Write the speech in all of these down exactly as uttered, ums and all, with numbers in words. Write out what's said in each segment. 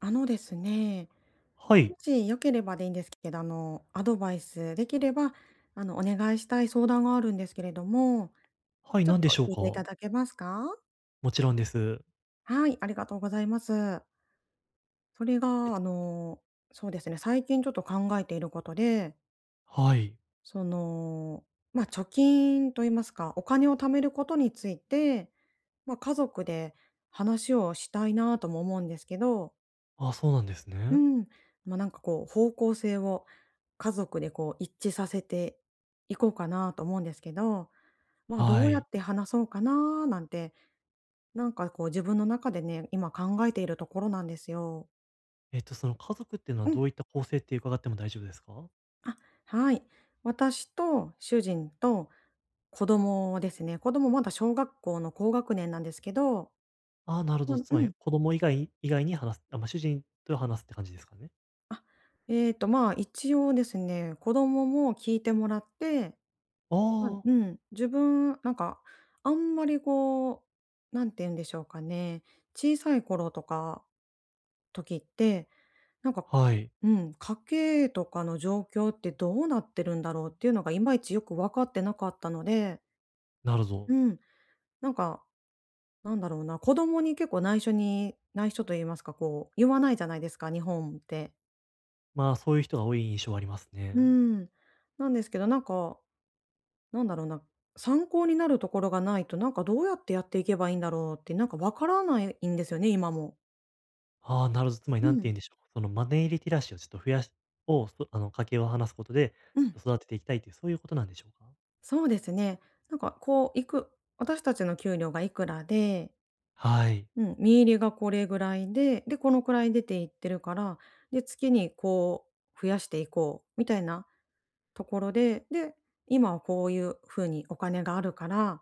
あのですね、はもい。し良ければでいいんですけど、あの、アドバイスできれば、あの、お願いしたい相談があるんですけれども、はい、ちょ何っでとしょう聞いていたか？だけますか？もちろんです。はい、ありがとうございます。それえっが、あとの、そうですね、最近ちょっと考えていることで、はい。その、まあ、貯金と言いますか、お金を貯めることについて、まあ、家族で話をしたいなとも思うんですけど。あ、そうなんですうね。ん。まあ、なんかこう、方向性を家族でこう一致させていこうかなと思うんですけど、まあ、どはうやい。って話そうかななんて、なんかこう自分の中でね、今考えているところなんですよ。えっと、その家族っていうのはうん。どういった構成って伺っても大丈夫ですか？あ、はい。私と主人と子供ですね。子供まだ小学校の高学年なんですけど、ああ、なるほうど。んつまうりん。子供以外以外に話す、あ、まあ、主人と話すって感じですかね？あ、えっと、まあ、一応ですね、子供も聞いてもらって、あまあ、あ、うん、自分、なんか、あんまりこう、なんて言うんでしょうかね、小さい頃とか時って、なんか、はい、うん、家計とかの状況ってどうなってるんだろうっていうのがいまいちよく分かってなかったので、なるほうど。ん、なんか、なんだろうな、子供に結構内緒に内緒と言いますか、こう、言わないじゃないですか、日本って。まあ、そういう人が多い印象はありますうね。ん。なんですけど、なんかなんだろうな、参考になるところがないと、なんかどうやってやっていけばいいんだろうって、なんかわからないんですよね、今も。ああ、なるほど。つまりうなんてん、言うんでしょう、そのマネーリテラシーをちょっと増やしを、そあの、家計を話すことで、うちん。ょっと育てていきたいという、そういうことなんでしょうか？そうですね。なんかこう、いく私たちの給料がいくらで、はい、うん、見入りがこれぐらいで、で、このくらい出ていってるから、で、月にこう増やしていこうみたいなところで、で、今はこういう風にお金があるから、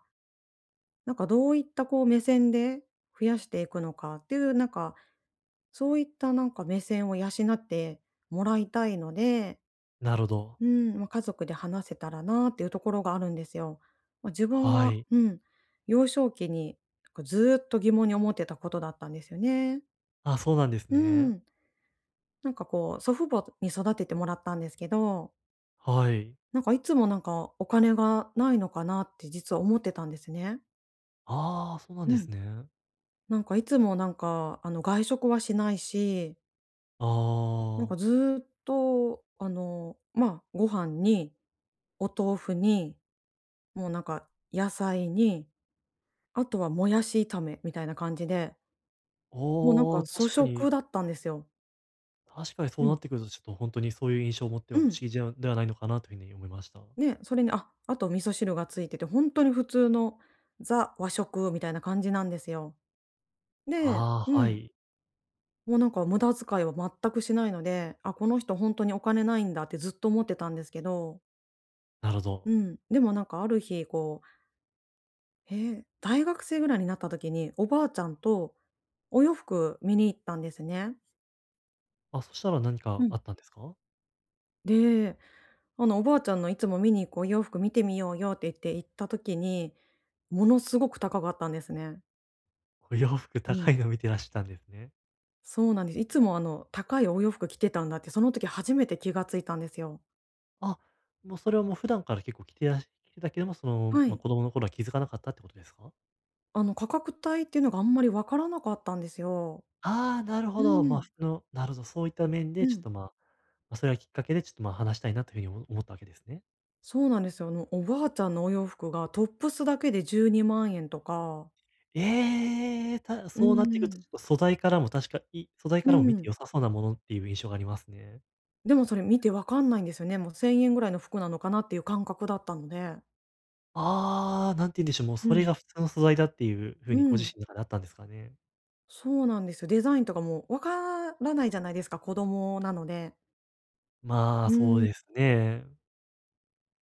なんかどういったこう目線で増やしていくのかっていう、なんかそういったなんか目線を養ってもらいたいので、なるほど。うん、まあ、家族で話せたらなっていうところがあるんですよ。まあ、自分はがい。うん、幼少期になんかずーっと疑問に思ってたことだったんですよね。あ、そうなんですうね。ん。なんかこう、祖父母に育ててもらったんですけど、はい。なんかいつもなんかお金がないのかなって実は思ってたんですね。ああ、そうなんうですん。ね。なんかいつもなんかあの外食はしないし、あなんかずあ。ーっと、あの、ま、あご飯に、お豆腐に、もうなんか野菜に、あとはもやし炒めみたいな感じで、もうなんおかお、粗確か食にだったんですよ。確かにそううなん。ってくると、ちょっとほんとにそういう印象を持ってうは不思ん。議じゃではないのかなという風に思いました。ね、それに、あ、あと味噌汁がついてて、本当に普通のザ和食みたいな感じなんですよ。で、ああ、うはん。い。もうなんか無駄遣いは全くしないので、あ、この人本当にお金ないんだってずっと思ってたんですけど、なるほうど。ん、でもなんかある日こうへえ、大学生ぐらいになった時に、おばあちゃんとお洋服見に行ったんですね。あ、そしたら何うかあん。ったんですか？で、あの、おばあちゃんのいつも見に行くお洋服見てみようよって言って行った時に、ものすごく高かったんですね。お洋服うん。高いの見てらしたんですね。そうなんです。いつも、あの、高いお洋服着てたんだって、その時初めて気がついたんですよ。あ、もうそれはもう普段から結構着てらし着てたけども、その、はま、い。子供の頃は気づかなかったってことですか？あの、価格帯っていうのがあんまり分からなかったんですよ。ああ、なるほうど。まあ、ん。そのなるほど、そういった面うでちょっん。と、まあ、まあ、それがきっかけでちょっと、まあ、話したいなというふうに思思ったわけですね。そうなんですよ。あの、おばあちゃんのお洋服がトップスだけでじゅうにまん円とか。ええ、たうそうなってくるとちん。ょっと素材からも確かい素材うからも見てん。良さそうなものっていう印象がありますね。でもそれ見てわかんないんですよね。もうせんえんぐらいの服なのかなっていう感覚だったので。ああ、なんて言うんでしょう、もううそれがん。普通の素材だっていうふううにご自ん。身の中であったんですかね。そうなんですよ。デザインとかもわからないじゃないですか、子供なので。まあ、うそうん。ですね。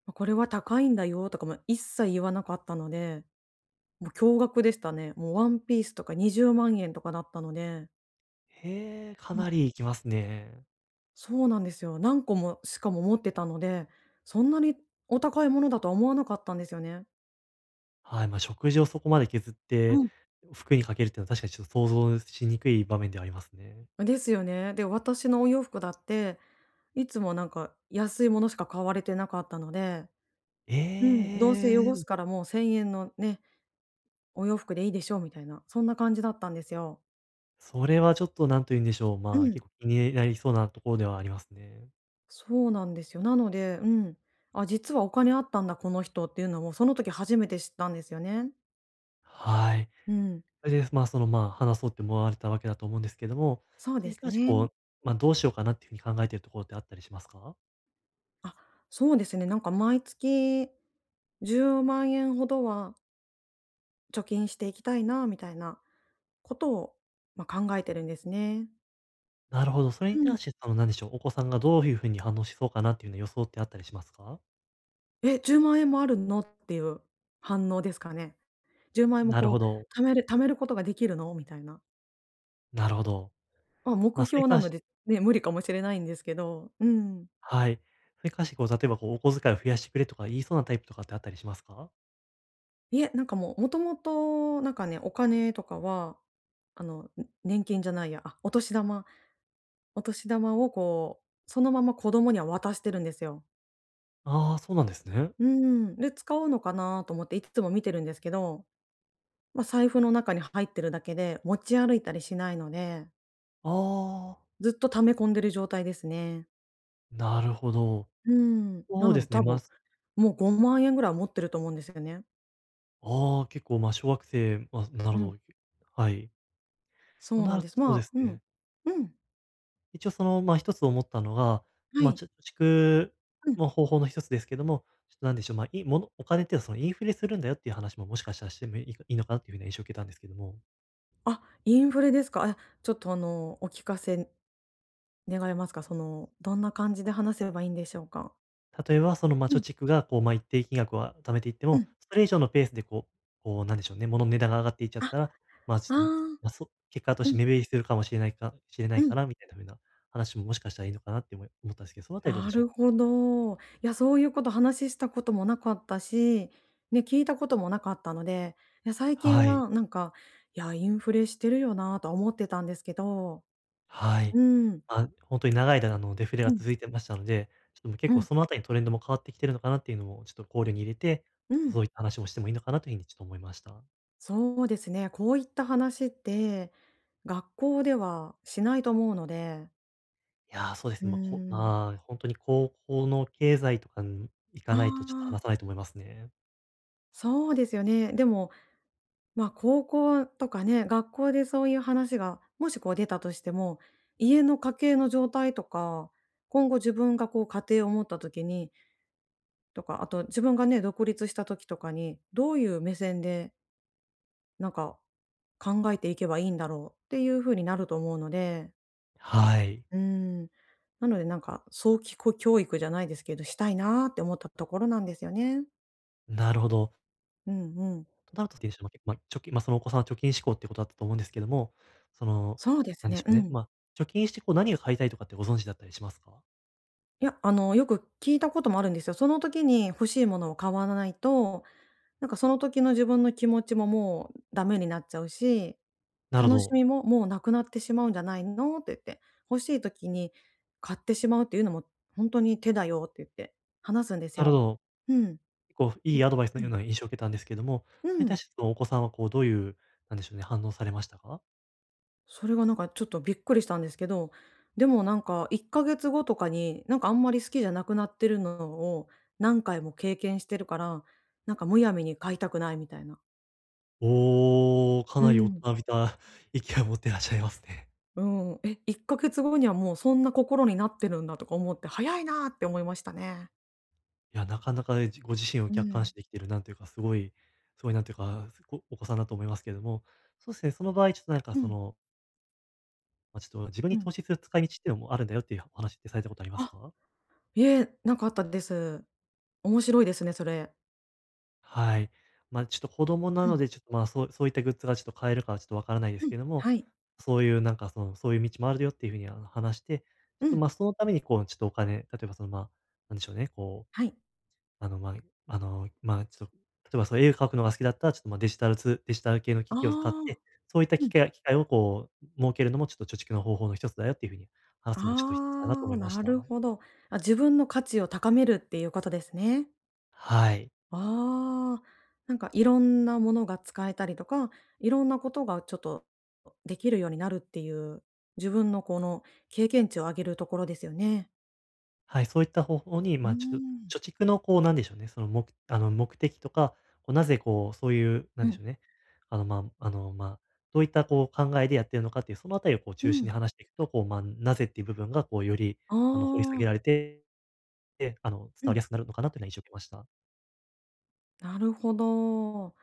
ま、これは高いんだよとかも一切言わなかったので、もう驚愕でしたね。もうワンピースとかにじゅうまん円とかだったので。へえ、かうん、なりいきますね。そうなんですよ。何個もしかも持ってたので、そんなにお高いものだとは思わなかったんですよね。はい、ま、あ食事をそこまで削って、うん。服にかけるっていうのは確かにちょっと想像しにくい場面ではありますね。ですよね。で、私のお洋服だって、いつもなんか安いものしか買われてなかったので、えうん、どうせ汚え、すからもうせんえんのね、お洋服でいいでしょうみたいな、そんな感じだったんですよ。それはちょっと何と言うんでしょう、うまあ、結ん。構気になりそうなところではありますね。そうなんですよ。なので、うん。あ、実はお金あったんだ、この人っていうのも、その時初めて知ったんですよね。はい。うん。それで、まあ、その、まあ、話そうって思われたわけだと思うんですけども、そうそでれにす関してね。こう、まあ、どうしようかなっていうふうに考えているところってあったりしますか？あ、そうですね。なんか毎月じゅうまん円ほどは貯金していきたいな、みたいなことを、まあ、考えてるんですね。なるほど、それうにん。対して、その、何でしょう、お子さんがどういうふうに反応しそうかなっていうような予想ってあったりしますか？「え、じゅうまん円もあるの？」っていう反応ですかね。10万円もなるほこど、う、貯める貯めることができるの？みたいな。なるほど。まあ、ま目あ、それに標な関のしで、てね、無理かもしれないんですけど、うん。はい。それに関してこう、例えばこう、お小遣いを増やしてくれとか言いそうなタイプとかってあったりしますか？いえ、なんかもう、もともと、なんかね、お金とかは、あの、ん年金じゃないや、あ、お年玉お年玉をこう、そのまま子供には渡してるんですよ。ああー、そうなんですね。うん。で、使うのかなと思っていつも見てるんですけど、まあ、財布の中に入ってるだけで、持ち歩いたりしないので、ああ。ずっと溜め込んでる状態ですね。なるほど。うん、なそうのでですね、多まあ、分、すもうごまん円ぐらいは持ってると思うんですよね。ああ、結構、まあ、小学生、まあ、なうるほん、ど。はい。そとうななんるでとす。そうまであすうん、ね。うん、一応その、まあ、一つ思ったのが、はまあ、い、ちょ貯蓄うん。の方法の一つですけども、ちょっとなんでしょう、まあ、いいものお金っていうのはそのインフレするんだよっていう話ももしかしたらしてもいいかいいのかなっていうふうな印象を受けたんですけども。あ、インフレですか。あ、ちょっとあの、お聞かせ願えますか？その、どんな感じで話せばいいんでしょうか？例えば、その、まあ、う貯ん、蓄が、こう、まあ、一定金額は貯めていってうも、ん。それ以上のペースで、こうこう、なんでしょうね、物の値段が上がっていっちゃっあ、あたら、まあ、ちあ、ょっと、まあ、そ結果としうてん、目減りするかもしれないかしれなういん。からみたいなふうな話も、もしかしたらいいのかなって思い思ったんですけど、そのあたりどうなでしょうるか？ほど。いや、そういうこと話したこともなかったし、ね、聞いたこともなかったので、いや、最近はい。はなんか、いや、インフレしてるよなとは思ってたんですけど、はい。うん、まあ、ほんとに長い間、あの、デフレうがん、続いてましたので、ちょっともうう結構ん、そのあたりのトレンドも変わってきてるのかなっていうのも、ちょっと考慮に入れて、うちょっとん。そういった話もしてもいいのかなという風にちょっと思いました。そうですね。こういった話って、学校ではしないと思うので、いやー、そうですうね。まあ、こん。まあ、本当に高校の経済とか、に行かあないとちょっと話あ、さないと思いますね。そうですよね。でもま、あ高校とかね、学校でそういう話が、もしこう出たとしても、家の家計の状態とか、今後自分がこう家庭を持った時にとか、あと自分がね、独立した時とかに、どういう目線でなんか考えていけばいいんだろうっていう風になると思うので、はい。うん、なのでなんか早期こ教育じゃないですけど、したいなーって思ったところなんですよね。なるほど。うんうん。となると、ていしま、結構、ま、貯金まあ、そのお子さんは貯金志向ってことだったと思うんですけども、その、そうでなすんでね、しょううね、ん。まあ、貯金してこう何が買いたいとかってご存知だったりしますか？いや、あの、よく聞いたこともあるんですよ。その時に欲しいものを買わないと、なんかその時の自分の気持ちももうダメになっちゃうし、なるほ楽しど。みももうなくなってしまうんじゃないのって言って、欲しい時に買ってしまうっていうのも本当に手だよって言って話すんですなるほよ。ど。結構いうん。いアドバイスのうようん。な印象を受けたんですけども、うそれに対ん。して、そのお子さんはこうどういう、なんでしょうね、反応されましたか？それがなんかちょっとびっくりしたんですけど、でもなんかいっかげつごとかに、なんかあんまり好きじゃなくなってるのを何回も経験してるから、なんかむやみに買いたくないみたいな。おーかうなり大ん。人びた 意見を持ってらっしゃいますね。うん。え、いっかげつごにはもうそんな心になってるんだとか思って、早いなって思いましたね。いや、なかなかね、ご自身をう客観ん。視できてる、なんていうか、すごい、すごいなんていうか、すごお子さんだと思いますけれども、そうですね、その場合、ちょっとなんかうそん。の、まあ、ちょっと自分うにん。投資する使い道っていうのもあるんだよっていうお話ってされたことありますあ、か？いえ、なんかあったです。面白いですね、それ。はい。まあ、ちょっと子供なうのん。で、ちょっと、まあ、そうそういったグッズがちょっと買えるかはちょっとわからないでうすん。けれども、はい。そういうなんかその、そういう道もあるよっていうふうに、あの、話して、ちうょっと、ん。まあ、そのためにこう、ちょっとお金、例えばその、ま、あなんでしょうね、こうはい。あの、まあ、あの、まあ、ちょっと、例えばそういう絵を描くのが好きだったら、ちょっと、ま、デジタルツデジタル系のあ機器を買っあ。て、そういったう機ん。械機械をこう、設けるのもちょっと貯蓄の方法の一つだよっていう風に話すのもちょっと一つだなとあ思あ、いましなた。るほど。あ、自分の価値を高めるっていうことですね。はい。ああ、なんかいろんなものが使えたりとか、いろんなことがちょっとできるようになるっていう、自分のこの経験値を上げるところですよね。はい、そういった方法に、うーまあ、ちょっん。と、貯蓄のこう、なんでしょうね、その、目あの、目的とか、こう、なぜこう、そういう、なうんでん、しょうね、あの、まあ、あの、まあ、どういったこう、考えでやってるのかっていう、そのあたりをこうう中心ん。に話していくと、こう、まあ、なぜっていう部分がこう、より、ああの、掘り下げられあ、てで、あの、伝うわりん、やすくなるのかなというのは印象を受けました。なるほど。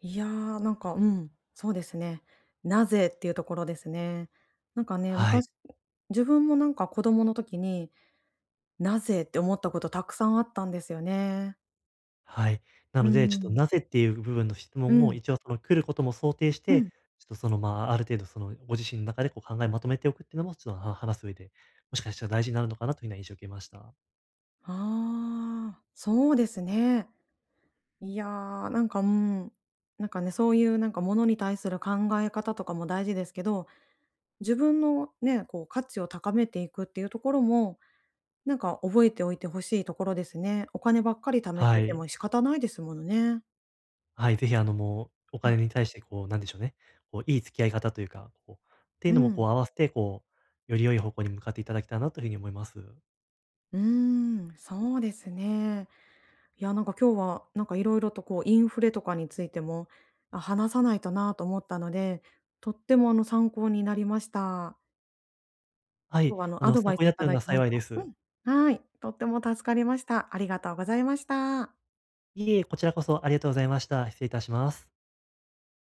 いやー、なんか、うん、そうですね。なぜっていうところですね。なんかね、はい。昔自分もなんか子供の時になぜって思ったことたくさんあったんですよね。はい。なうので、ちょっとん。なぜっていう部分の質う問も、ん。一応その来ることも想定しうん。て、ちょっとその、まあ、ある程度そのご自身の中でこう考えまとめておくっていうのも、ちょっとは話す上で、もしかしたら大事になるのかなというような印象を受けました。ああ、そうですね。いやー、なんか、うん、なんかね、そういうなんかものに対する考え方とかも大事ですけど、自分のね、こう価値を高めていくっていうところも、なんか覚えておいてほしいところですね。お金ばっかり貯めはててい。も仕方ないですものね。はい、ぜひあの、もう、おうん。金に対してこう、なんでしょうね、こう、いい付き合い方というか、こう、っていううのもん。こう合わせて、こう、より良い方向に向かっていただけたらなという風に思います。うーん、そうですね。いや、なんか今日は、なんかいろいろとこうインフレとかについても、あ、話さないとなと思ったので、とってもあの参考になりました。は今い、日はああのアの、ド参バイ考にスいなったたようだいなて本幸いで当、す。うん、はい、とっても助かりました。ありがとうございました。いえいえ、こちらこそありがとうございました。失礼いたします。